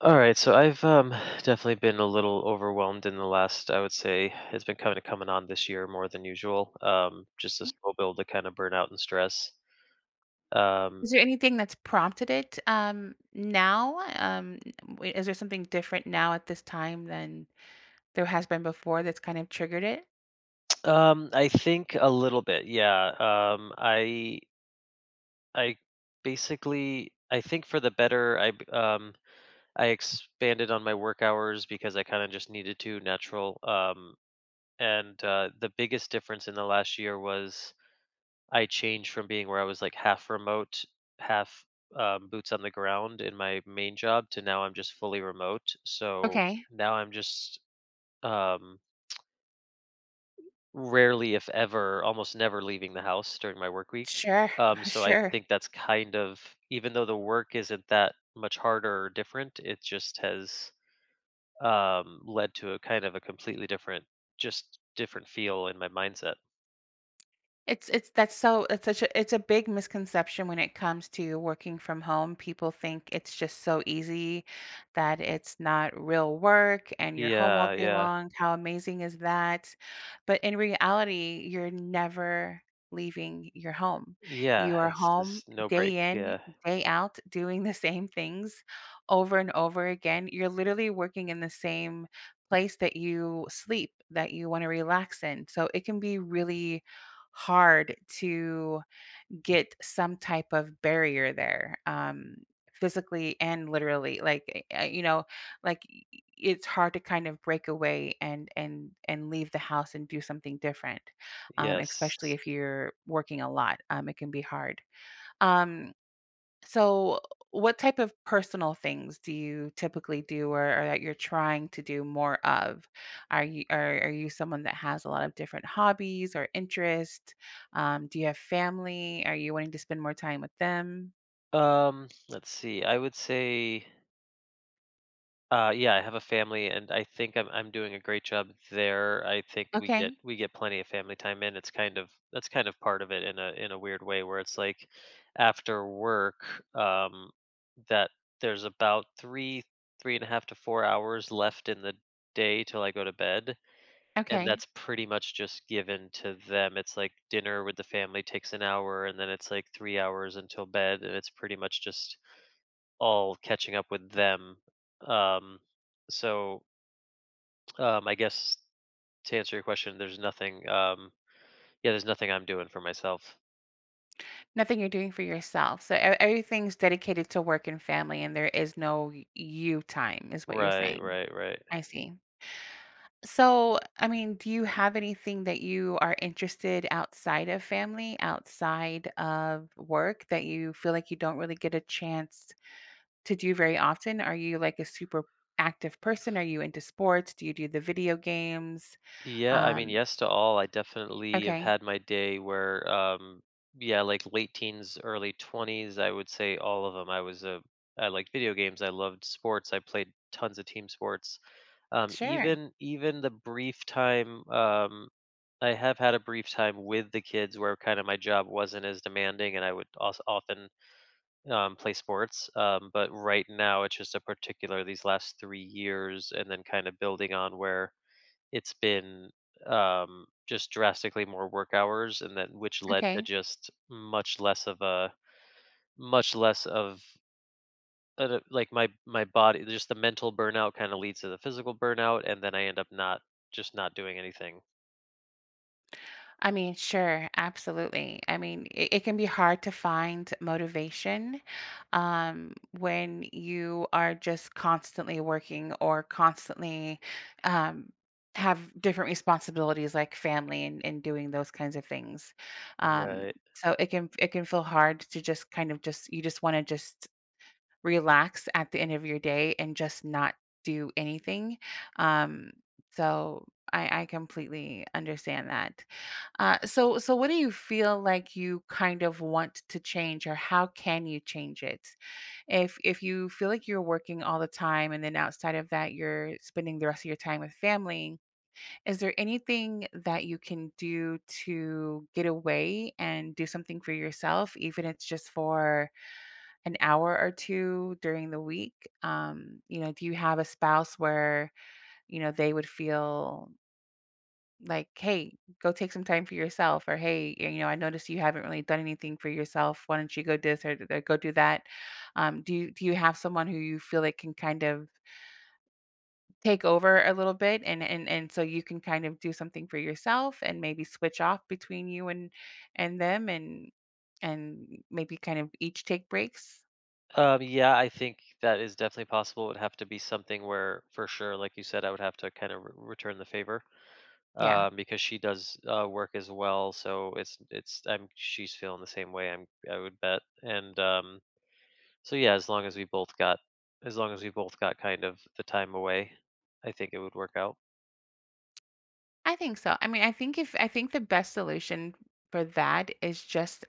All right, so I've definitely been a little overwhelmed in the last, I would say, it's been kind of coming on this year more than usual. Just a Okay. slow build to kind of burnout and stress. Um, Is there anything that's prompted it, now? W is there something different now at this time than there has been before that's kind of triggered it? I think a little bit, yeah. Um, I I Basically I think for the better. I expanded on my work hours because I kind of just needed to natural. And The biggest difference in the last year was I changed from being where I was like half remote, half boots on the ground in my main job to now I'm just fully remote. So Okay. now I'm just um, rarely, if ever, almost never leaving the house during my work week. Sure, Um, so I sure. think that's kind of, even though the work isn't that much harder or different, it just has led to a kind of a completely different, just different feel in my mindset. It's that's so it's such a it's a big misconception when it comes to working from home. People think it's just so easy that it's not real work and you're home all Yeah, day yeah, long. How amazing is that? But in reality, you're never leaving your home. You yeah. are It's home just no break. day in, Yeah. day out, doing the same things over and over again. You're literally working in the same place that you sleep, that you want to relax in. So it can be really hard to get some type of barrier there, physically and literally. Like, you know, it's hard to kind of break away and leave the house and do something different, Yes. especially if you're working a lot. It can be hard. Um, so, what type of personal things do you typically do, or that you're trying to do more of? Are you someone that has a lot of different hobbies or interests? Do you have family? Are you wanting to spend more time with them? Let's see. I would say, yeah, I have a family, and I think I'm doing a great job there. I think we get Okay. we get plenty of family time in. It's kind of that's kind of part of it in a weird way where it's like after work, um, that there's about three and a half to 4 hours left in the day till I go to bed, and Okay. that's pretty much just given to them. It's like dinner with the family takes an hour, and then it's like 3 hours until bed, and it's pretty much just all catching up with them. Um, so I guess to answer your question, there's nothing. Yeah, there's nothing I'm doing for myself. Nothing you're doing for yourself. So everything's dedicated to work and family, and there is no you time, is what you're Right, saying. right, right. I see. So, I mean, do you have anything that you are interested outside of family, outside of work, that you feel like you don't really get a chance to do very often? Are you like a super active person? Are you into sports? Do you do the video games? Yeah, I mean, Um, yes to all. I definitely have okay, had my day where, yeah, like late teens, early 20s, I would say all of them. I liked video games. I loved sports. I played tons of team sports. Sure. Even the brief time, I have had a brief time with the kids where kind of my job wasn't as demanding and I would also often play sports. But right now, it's just a particular, these last 3 years, and then kind of building on where it's been, just drastically more work hours and then which led to Okay. just much less of a much less of like my body just the mental burnout kind of leads to the physical burnout and then I end up not just not doing anything. I mean, sure, absolutely. I mean, it can be hard to find motivation when you are just constantly working or constantly um, have different responsibilities like family and doing those kinds of things. Um, Right. so it can feel hard to just kind of just you just want to just relax at the end of your day and just not do anything. Um, so I completely understand that. So what do you feel like you kind of want to change, or how can you change it? If you feel like you're working all the time, and then outside of that, you're spending the rest of your time with family, is there anything that you can do to get away and do something for yourself, even if it's just for an hour or two during the week? You know, do you have a spouse where you know they would feel like, "Hey, go take some time for yourself," or, "Hey, y you know, I noticed you haven't really done anything for yourself. Why don't you go do this or d go do that?" Do you have someone who you feel like can kind of take over a little bit, and so you can kind of do something for yourself and maybe switch off between you and them, and maybe kind of each take breaks? Yeah, I think that is definitely possible. It would have to be something where, for sure, like you said, I would have to kind of return the favor Yeah, because she does work as well. So it's I'm she's feeling the same way. I'm I would bet, and so yeah, as long as we both got kind of the time away, I think it would work out. I think so. I mean, I think if I think the best solution for that is just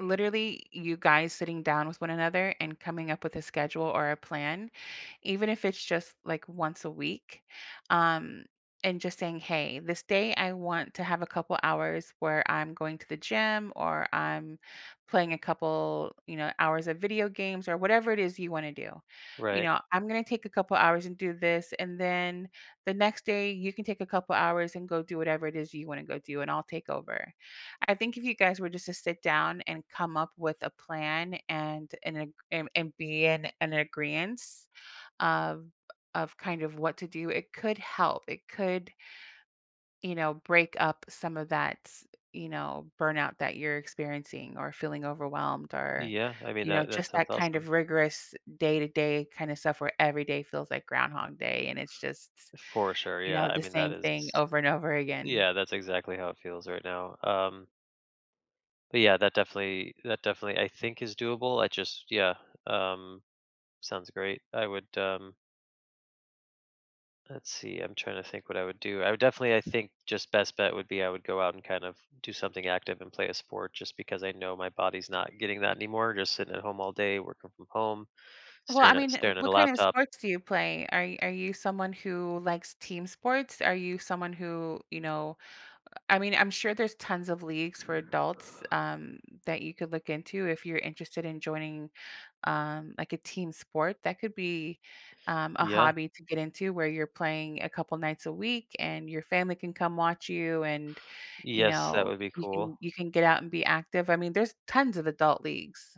literally you guys sitting down with one another and coming up with a schedule or a plan, even if it's just like once a week, um and just saying, hey, this day I want to have a couple hours where I'm going to the gym, or I'm playing a couple, hours of video games, or whatever it is you want to do. You Right. know, I'm going to take a couple hours and do this, and then the next day you can take a couple hours and go do whatever it is you want to go do, and I'll take over. I think if you guys were just to sit down and come up with a plan and and be in an agreement of kind of what to do, it could help. It could, you know, break up some of that, you know, burnout that you're experiencing, or feeling overwhelmed, or Yeah, I mean you know, that that just sounds that kind awesome. of rigorous day to day kind of stuff where every day feels like Groundhog Day, and it's just, For sure. you Yeah. know, I the mean that same is thing over and over again. yeah, that's exactly how it feels right now. But yeah, that definitely I think is doable. Um Sounds great. I would Let's see. I'm trying to think what I would do. I would definitely, I think, just best bet would be I would go out and kind of do something active and play a sport, just because I know my body's not getting that anymore. Just sitting at home all day, working from home, Well, I mean, w staring at what a kind of laptop. sports do you play? Are you someone who likes team sports? Are you someone who, you know, I mean, I'm sure there's tons of leagues for adults, that you could look into if you're interested in joining, like, a team sport. That could be, a Yeah. hobby to get into where you're playing a couple nights a week and your family can come watch you, and you Yes, that know, would be you cool. can get out and be active. I mean, there's tons of adult leagues,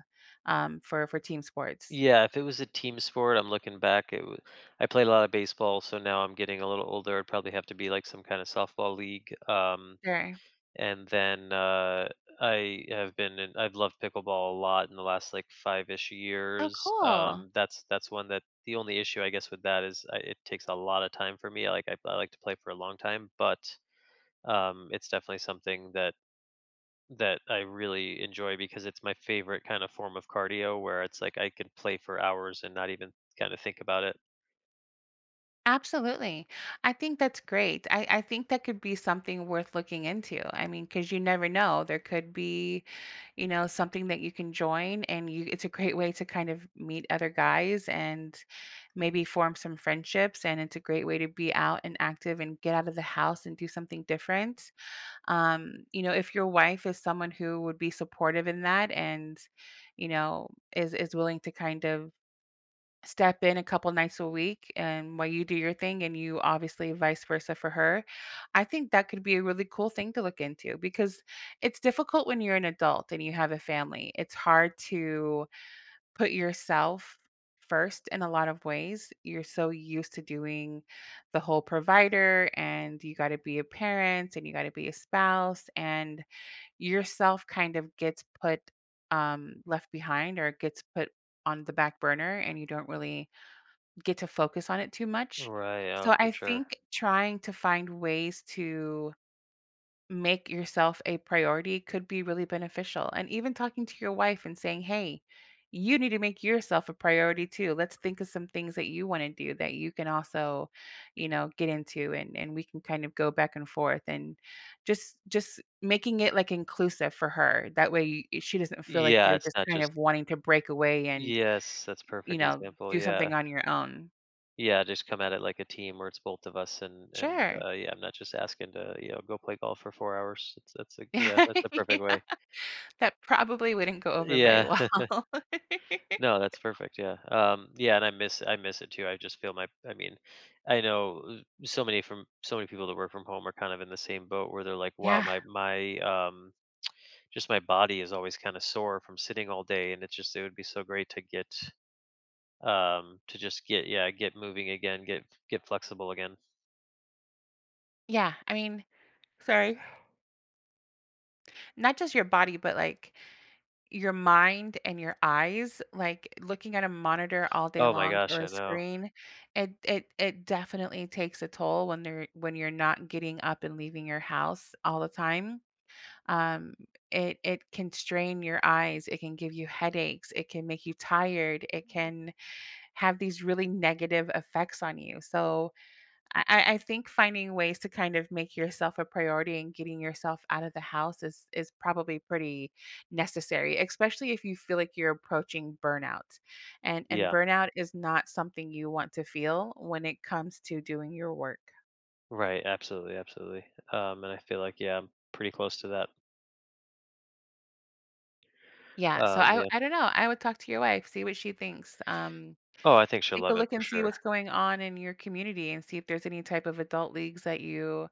for team sports. Yeah, if it was a team sport, I'm looking back. I played a lot of baseball, so now I'm getting a little older. I'd probably have to be like some kind of softball league. Sure. And then I have been I've loved pickleball a lot in the last like five ish Oh, years. cool. That's one that the only issue I guess with that it takes a lot of time for me. Like I like to play for a long time, but it's definitely something that that I really enjoy because it's my favorite kind of form of cardio where it's like I can play for hours and not even kind of think about it. Absolutely. I think that's great. I think that could be something worth looking into. I mean, because you never know. There could be, you know, something that you can join, and you it's a great way to kind of meet other guys and maybe form some friendships, and it's a great way to be out and active and get out of the house and do something different. You know, if your wife is someone who would be supportive in that, and you know, is willing to kind of step in a couple nights a week, and while you do your thing and you obviously vice versa for her, I think that could be a really cool thing to look into, because it's difficult when you're an adult and you have a family. It's hard to put yourself first. In a lot of ways, you're so used to doing the whole provider, and you got to be a parent, and you got to be a spouse, and yourself kind of gets put, left behind, or gets put on the back burner, and you don't really get to focus on it too much. Right. Oh, So for I sure. think trying to find ways to make yourself a priority could be really beneficial. And even talking to your wife and saying, hey, you need to make yourself a priority too. Let's think of some things that you want to do that you can also, you know, get into, and we can kind of go back and forth, and just making it like inclusive for her. That way she doesn't feel like Yeah, you're it's just not kind just. of wanting to break away and, Yes, that's you perfect know, example. do Yeah. something on your own. Yeah, just come at it like a team where it's both of us and and Sure. uh, yeah, I'm not just asking to you know go play golf for 4 hours. Yeah, that's the perfect Yeah, way. that probably wouldn't go over very Yeah, well. no, that's perfect. Yeah, and I miss it too. I just feel my I mean, I know so many from so many people that work from home are kind of in the same boat where they're like, wow, Yeah, my just my body is always kind of sore from sitting all day, and it's just it would be so great to get to just get yeah get moving again, get flexible again. yeah, I mean, sorry, not just your body, but, like, your mind and your eyes, like, looking at a monitor all day Oh my long gosh, or a I know. screen, it definitely takes a toll when they're when you're not getting up and leaving your house all the time. Um, it can strain your eyes, it can give you headaches, it can make you tired, it can have these really negative effects on you. So I think finding ways to kind of make yourself a priority and getting yourself out of the house is probably pretty necessary, especially if you feel like you're approaching burnout. And Yeah. burnout is not something you want to feel when it comes to doing your work. Right, absolutely, absolutely. And I feel like, yeah, I'm pretty close to that. Yeah. So Yeah. I don't know. I would talk to your wife, see what she thinks. Oh, I think she'll Take a love it look for and see sure. what's going on in your community, and see if there's any type of adult leagues that you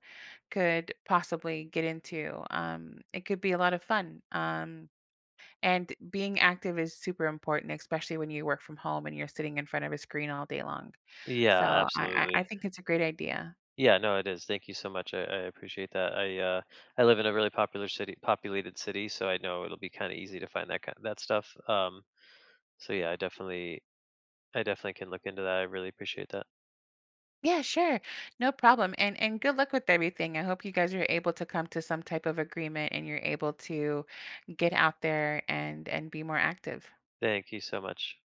could possibly get into. It could be a lot of fun. And being active is super important, especially when you work from home and you're sitting in front of a screen all day long. So Yeah, absolutely. I think it's a great idea. Yeah, no, it is. Thank you so much. I appreciate that. I live in a really popular city, populated city, so I know it'll be kind of easy to find that stuff. So yeah, I definitely, I definitely can look into that. I really appreciate that. Yeah, sure. No problem. And good luck with everything. I hope you guys are able to come to some type of agreement and you're able to get out there and be more active. Thank you so much.